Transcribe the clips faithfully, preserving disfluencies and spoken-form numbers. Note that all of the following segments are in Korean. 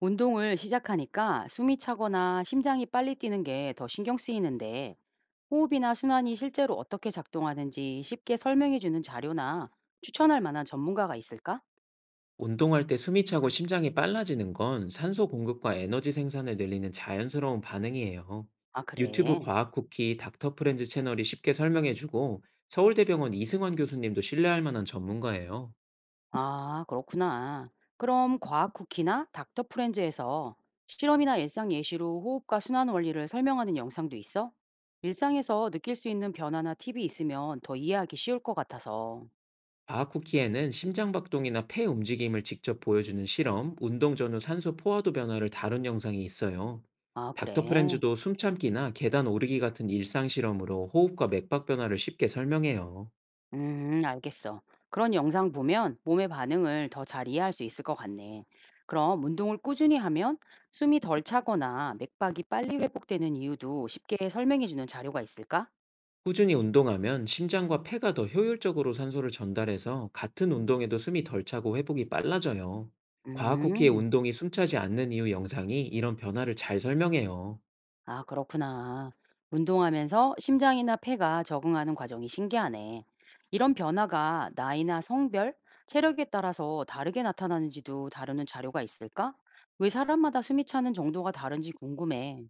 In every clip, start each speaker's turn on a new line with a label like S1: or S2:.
S1: 운동을 시작하니까 숨이 차거나 심장이 빨리 뛰는 게 더 신경 쓰이는데 호흡이나 순환이 실제로 어떻게 작동하는지 쉽게 설명해 주는 자료나 추천할 만한 전문가가 있을까?
S2: 운동할 때 숨이 차고 심장이 빨라지는 건 산소 공급과 에너지 생산을 늘리는 자연스러운 반응이에요.
S1: 아,
S2: 유튜브
S1: 그래.
S2: 과학 쿠키 닥터 프렌즈 채널이 쉽게 설명해주고 서울대병원 이승환 교수님도 신뢰할 만한 전문가예요.
S1: 아, 그렇구나. 그럼 과학 쿠키나 닥터 프렌즈에서 실험이나 일상 예시로 호흡과 순환 원리를 설명하는 영상도 있어? 일상에서 느낄 수 있는 변화나 팁이 있으면 더 이해하기 쉬울 것 같아서.
S2: 과학 쿠키에는 심장박동이나 폐 움직임을 직접 보여주는 실험, 운동 전후 산소 포화도 변화를 다룬 영상이 있어요.
S1: 아,
S2: 닥터
S1: 그래.
S2: 프렌즈도 숨참기나 계단 오르기 같은 일상 실험으로 호흡과 맥박 변화를 쉽게 설명해요.
S1: 음, 알겠어. 그런 영상 보면 몸의 반응을 더 잘 이해할 수 있을 것 같네. 그럼 운동을 꾸준히 하면 숨이 덜 차거나 맥박이 빨리 회복되는 이유도 쉽게 설명해 주는 자료가 있을까?
S2: 꾸준히 운동하면 심장과 폐가 더 효율적으로 산소를 전달해서 같은 운동에도 숨이 덜 차고 회복이 빨라져요. 과학 쿠키의
S1: 음,
S2: 운동이 숨차지 않는 이유 영상이 이런 변화를 잘 설명해요.
S1: 아, 그렇구나. 운동하면서 심장이나 폐가 적응하는 과정이 신기하네. 이런 변화가 나이나 성별, 체력에 따라서 다르게 나타나는지도 다루는 자료가 있을까? 왜 사람마다 숨이 차는 정도가 다른지 궁금해.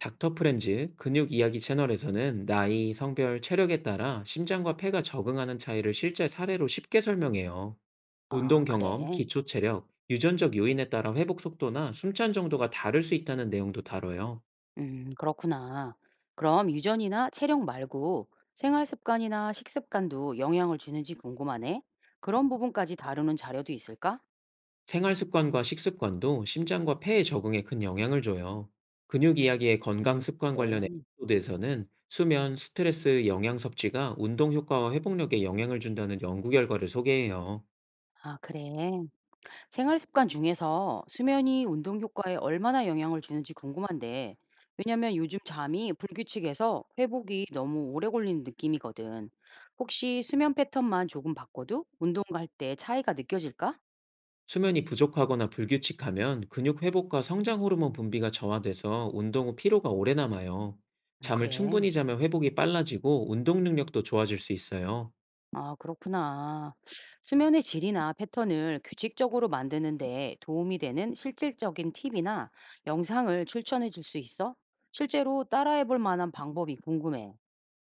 S2: 닥터 프렌즈 근육 이야기 채널에서는 나이, 성별, 체력에 따라 심장과 폐가 적응하는 차이를 실제 사례로 쉽게 설명해요.
S1: 아,
S2: 운동 경험,
S1: 그래.
S2: 기초 체력, 유전적 요인에 따라 회복 속도나 숨찬 정도가 다를 수 있다는 내용도 다뤄요.
S1: 음, 그렇구나. 그럼 유전이나 체력 말고 생활 습관이나 식습관도 영향을 주는지 궁금하네. 그런 부분까지 다루는 자료도 있을까?
S2: 생활 습관과 식습관도 심장과 폐에 적응에 큰 영향을 줘요. 근육 이야기의 건강
S1: 음,
S2: 습관 관련
S1: 네.
S2: 에피소드에서는 수면, 스트레스, 영양 섭취가 운동 효과와 회복력에 영향을 준다는 연구 결과를 소개해요.
S1: 아, 그래. 생활 습관 중에서 수면이 운동 효과에 얼마나 영향을 주는지 궁금한데, 왜냐면 요즘 잠이 불규칙해서 회복이 너무 오래 걸리는 느낌이거든. 혹시 수면 패턴만 조금 바꿔도 운동 갈 때 차이가 느껴질까?
S2: 수면이 부족하거나 불규칙하면 근육 회복과 성장 호르몬 분비가 저하돼서 운동 후 피로가 오래 남아요.
S1: 음,
S2: 잠을
S1: 그래.
S2: 충분히 자면 회복이 빨라지고 운동 능력도 좋아질 수 있어요.
S1: 아, 그렇구나. 수면의 질이나 패턴을 규칙적으로 만드는데 도움이 되는 실질적인 팁이나 영상을 추천해 줄 수 있어? 실제로 따라해 볼 만한 방법이 궁금해.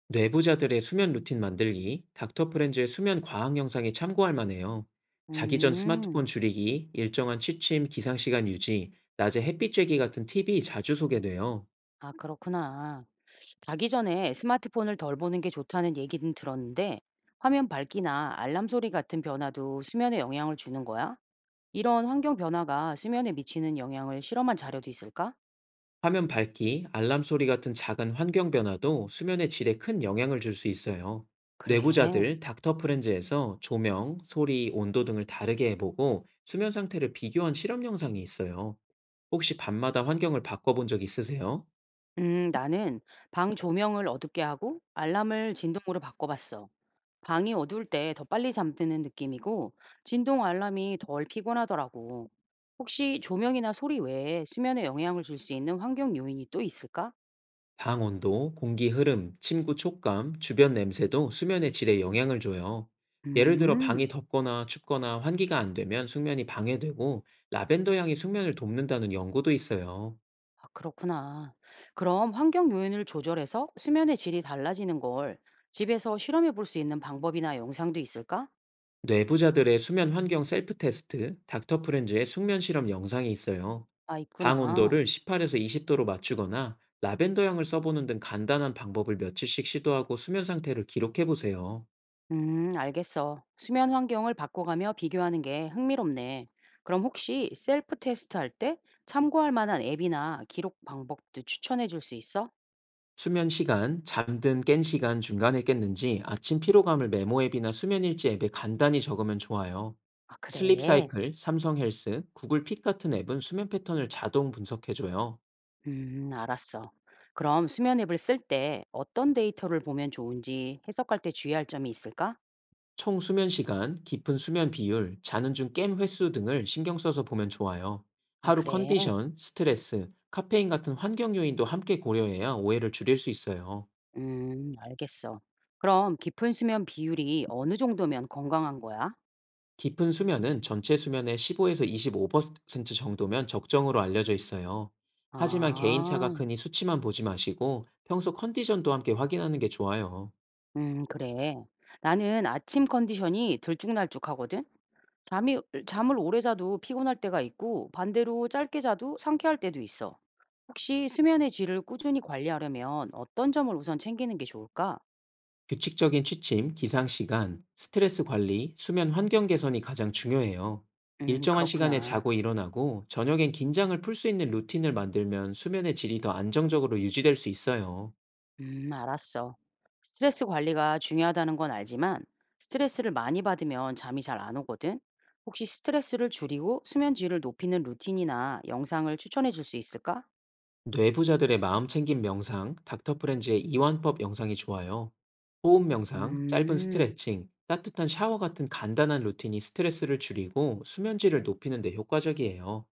S2: 뇌부자들의 수면 루틴 만들기, 닥터 프렌즈의 수면 과학 영상이 참고할 만해요. 자기 전 스마트폰
S1: 음,
S2: 줄이기, 일정한 취침, 기상시간 유지, 낮에 햇빛 쬐기 같은 팁이 자주 소개돼요.
S1: 아, 그렇구나. 자기 전에 스마트폰을 덜 보는 게 좋다는 얘기는 들었는데 화면 밝기나 알람 소리 같은 변화도 수면에 영향을 주는 거야? 이런 환경 변화가 수면에 미치는 영향을 실험한 자료도 있을까?
S2: 화면 밝기, 알람 소리 같은 작은 환경 변화도 수면의 질에 큰 영향을 줄 수 있어요.
S1: 그래.
S2: 뇌부자들 닥터 프렌즈에서 조명, 소리, 온도 등을 다르게 해보고 수면 상태를 비교한 실험 영상이 있어요. 혹시 밤마다 환경을 바꿔본 적 있으세요?
S1: 음, 나는 방 조명을 어둡게 하고 알람을 진동으로 바꿔봤어. 방이 어두울 때 더 빨리 잠드는 느낌이고, 진동 알람이 덜 피곤하더라고. 혹시 조명이나 소리 외에 수면에 영향을 줄 수 있는 환경 요인이 또 있을까?
S2: 방 온도, 공기 흐름, 침구 촉감, 주변 냄새도 수면의 질에 영향을 줘요. 예를 들어
S1: 음,
S2: 방이 덥거나 춥거나 환기가 안 되면 숙면이 방해되고 라벤더 향이 숙면을 돕는다는 연구도 있어요.
S1: 아, 그렇구나. 그럼 환경 요인을 조절해서 수면의 질이 달라지는 걸 집에서 실험해 볼 수 있는 방법이나 영상도 있을까?
S2: 뇌부자들의 수면 환경 셀프 테스트, 닥터 프렌즈의 숙면 실험 영상이 있어요.
S1: 아,
S2: 방
S1: 있구나.
S2: 온도를 십팔에서 이십 도로 맞추거나 라벤더 향을 써보는 등 간단한 방법을 며칠씩 시도하고 수면 상태를 기록해 보세요.
S1: 음, 알겠어. 수면 환경을 바꿔가며 비교하는 게 흥미롭네. 그럼 혹시 셀프 테스트 할 때 참고할 만한 앱이나 기록 방법도 추천해 줄 수 있어?
S2: 수면 시간, 잠든 깬 시간 중간에 깼는지 아침 피로감을 메모 앱이나 수면 일지 앱에 간단히 적으면 좋아요.
S1: 아,
S2: 슬립
S1: 그래.
S2: 사이클, 삼성 헬스, 구글 핏 같은 앱은 수면 패턴을 자동 분석해줘요.
S1: 음, 알았어. 그럼 수면 앱을 쓸 때 어떤 데이터를 보면 좋은지 해석할 때 주의할 점이 있을까?
S2: 총 수면 시간, 깊은 수면 비율, 자는 중 깸 횟수 등을 신경 써서 보면 좋아요.
S1: 아,
S2: 하루
S1: 그래.
S2: 컨디션, 스트레스, 카페인 같은 환경 요인도 함께 고려해야 오해를 줄일 수 있어요.
S1: 음, 알겠어. 그럼 깊은 수면 비율이 어느 정도면 건강한 거야?
S2: 깊은 수면은 전체 수면의 십오에서 이십오 퍼센트 정도면 적정으로 알려져 있어요. 하지만
S1: 아,
S2: 개인차가 크니 수치만 보지 마시고 평소 컨디션도 함께 확인하는 게 좋아요.
S1: 음, 그래. 나는 아침 컨디션이 들쭉날쭉하거든. 잠이 잠을 오래 자도 피곤할 때가 있고 반대로 짧게 자도 상쾌할 때도 있어. 혹시 수면의 질을 꾸준히 관리하려면 어떤 점을 우선 챙기는 게 좋을까?
S2: 규칙적인 취침, 기상 시간, 스트레스 관리, 수면 환경 개선이 가장 중요해요.
S1: 음,
S2: 일정한 시간에
S1: 그렇구나.
S2: 자고 일어나고 저녁엔 긴장을 풀 수 있는 루틴을 만들면 수면의 질이 더 안정적으로 유지될 수 있어요.
S1: 음, 알았어. 스트레스 관리가 중요하다는 건 알지만 스트레스를 많이 받으면 잠이 잘 안 오거든. 혹시 스트레스를 줄이고 수면 질을 높이는 루틴이나 영상을 추천해 줄 수 있을까?
S2: 뇌부자들의 마음 챙김 명상, 닥터 프렌즈의 이완법 영상이 좋아요. 호흡 명상, 짧은
S1: 음.
S2: 스트레칭, 따뜻한 샤워 같은 간단한 루틴이 스트레스를 줄이고 수면질을 높이는 데 효과적이에요.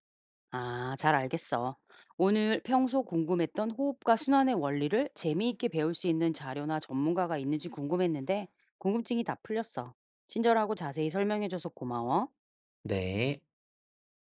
S1: 아, 잘 알겠어. 오늘 평소 궁금했던 호흡과 순환의 원리를 재미있게 배울 수 있는 자료나 전문가가 있는지 궁금했는데, 궁금증이 다 풀렸어. 친절하고 자세히 설명해줘서 고마워.
S2: 네.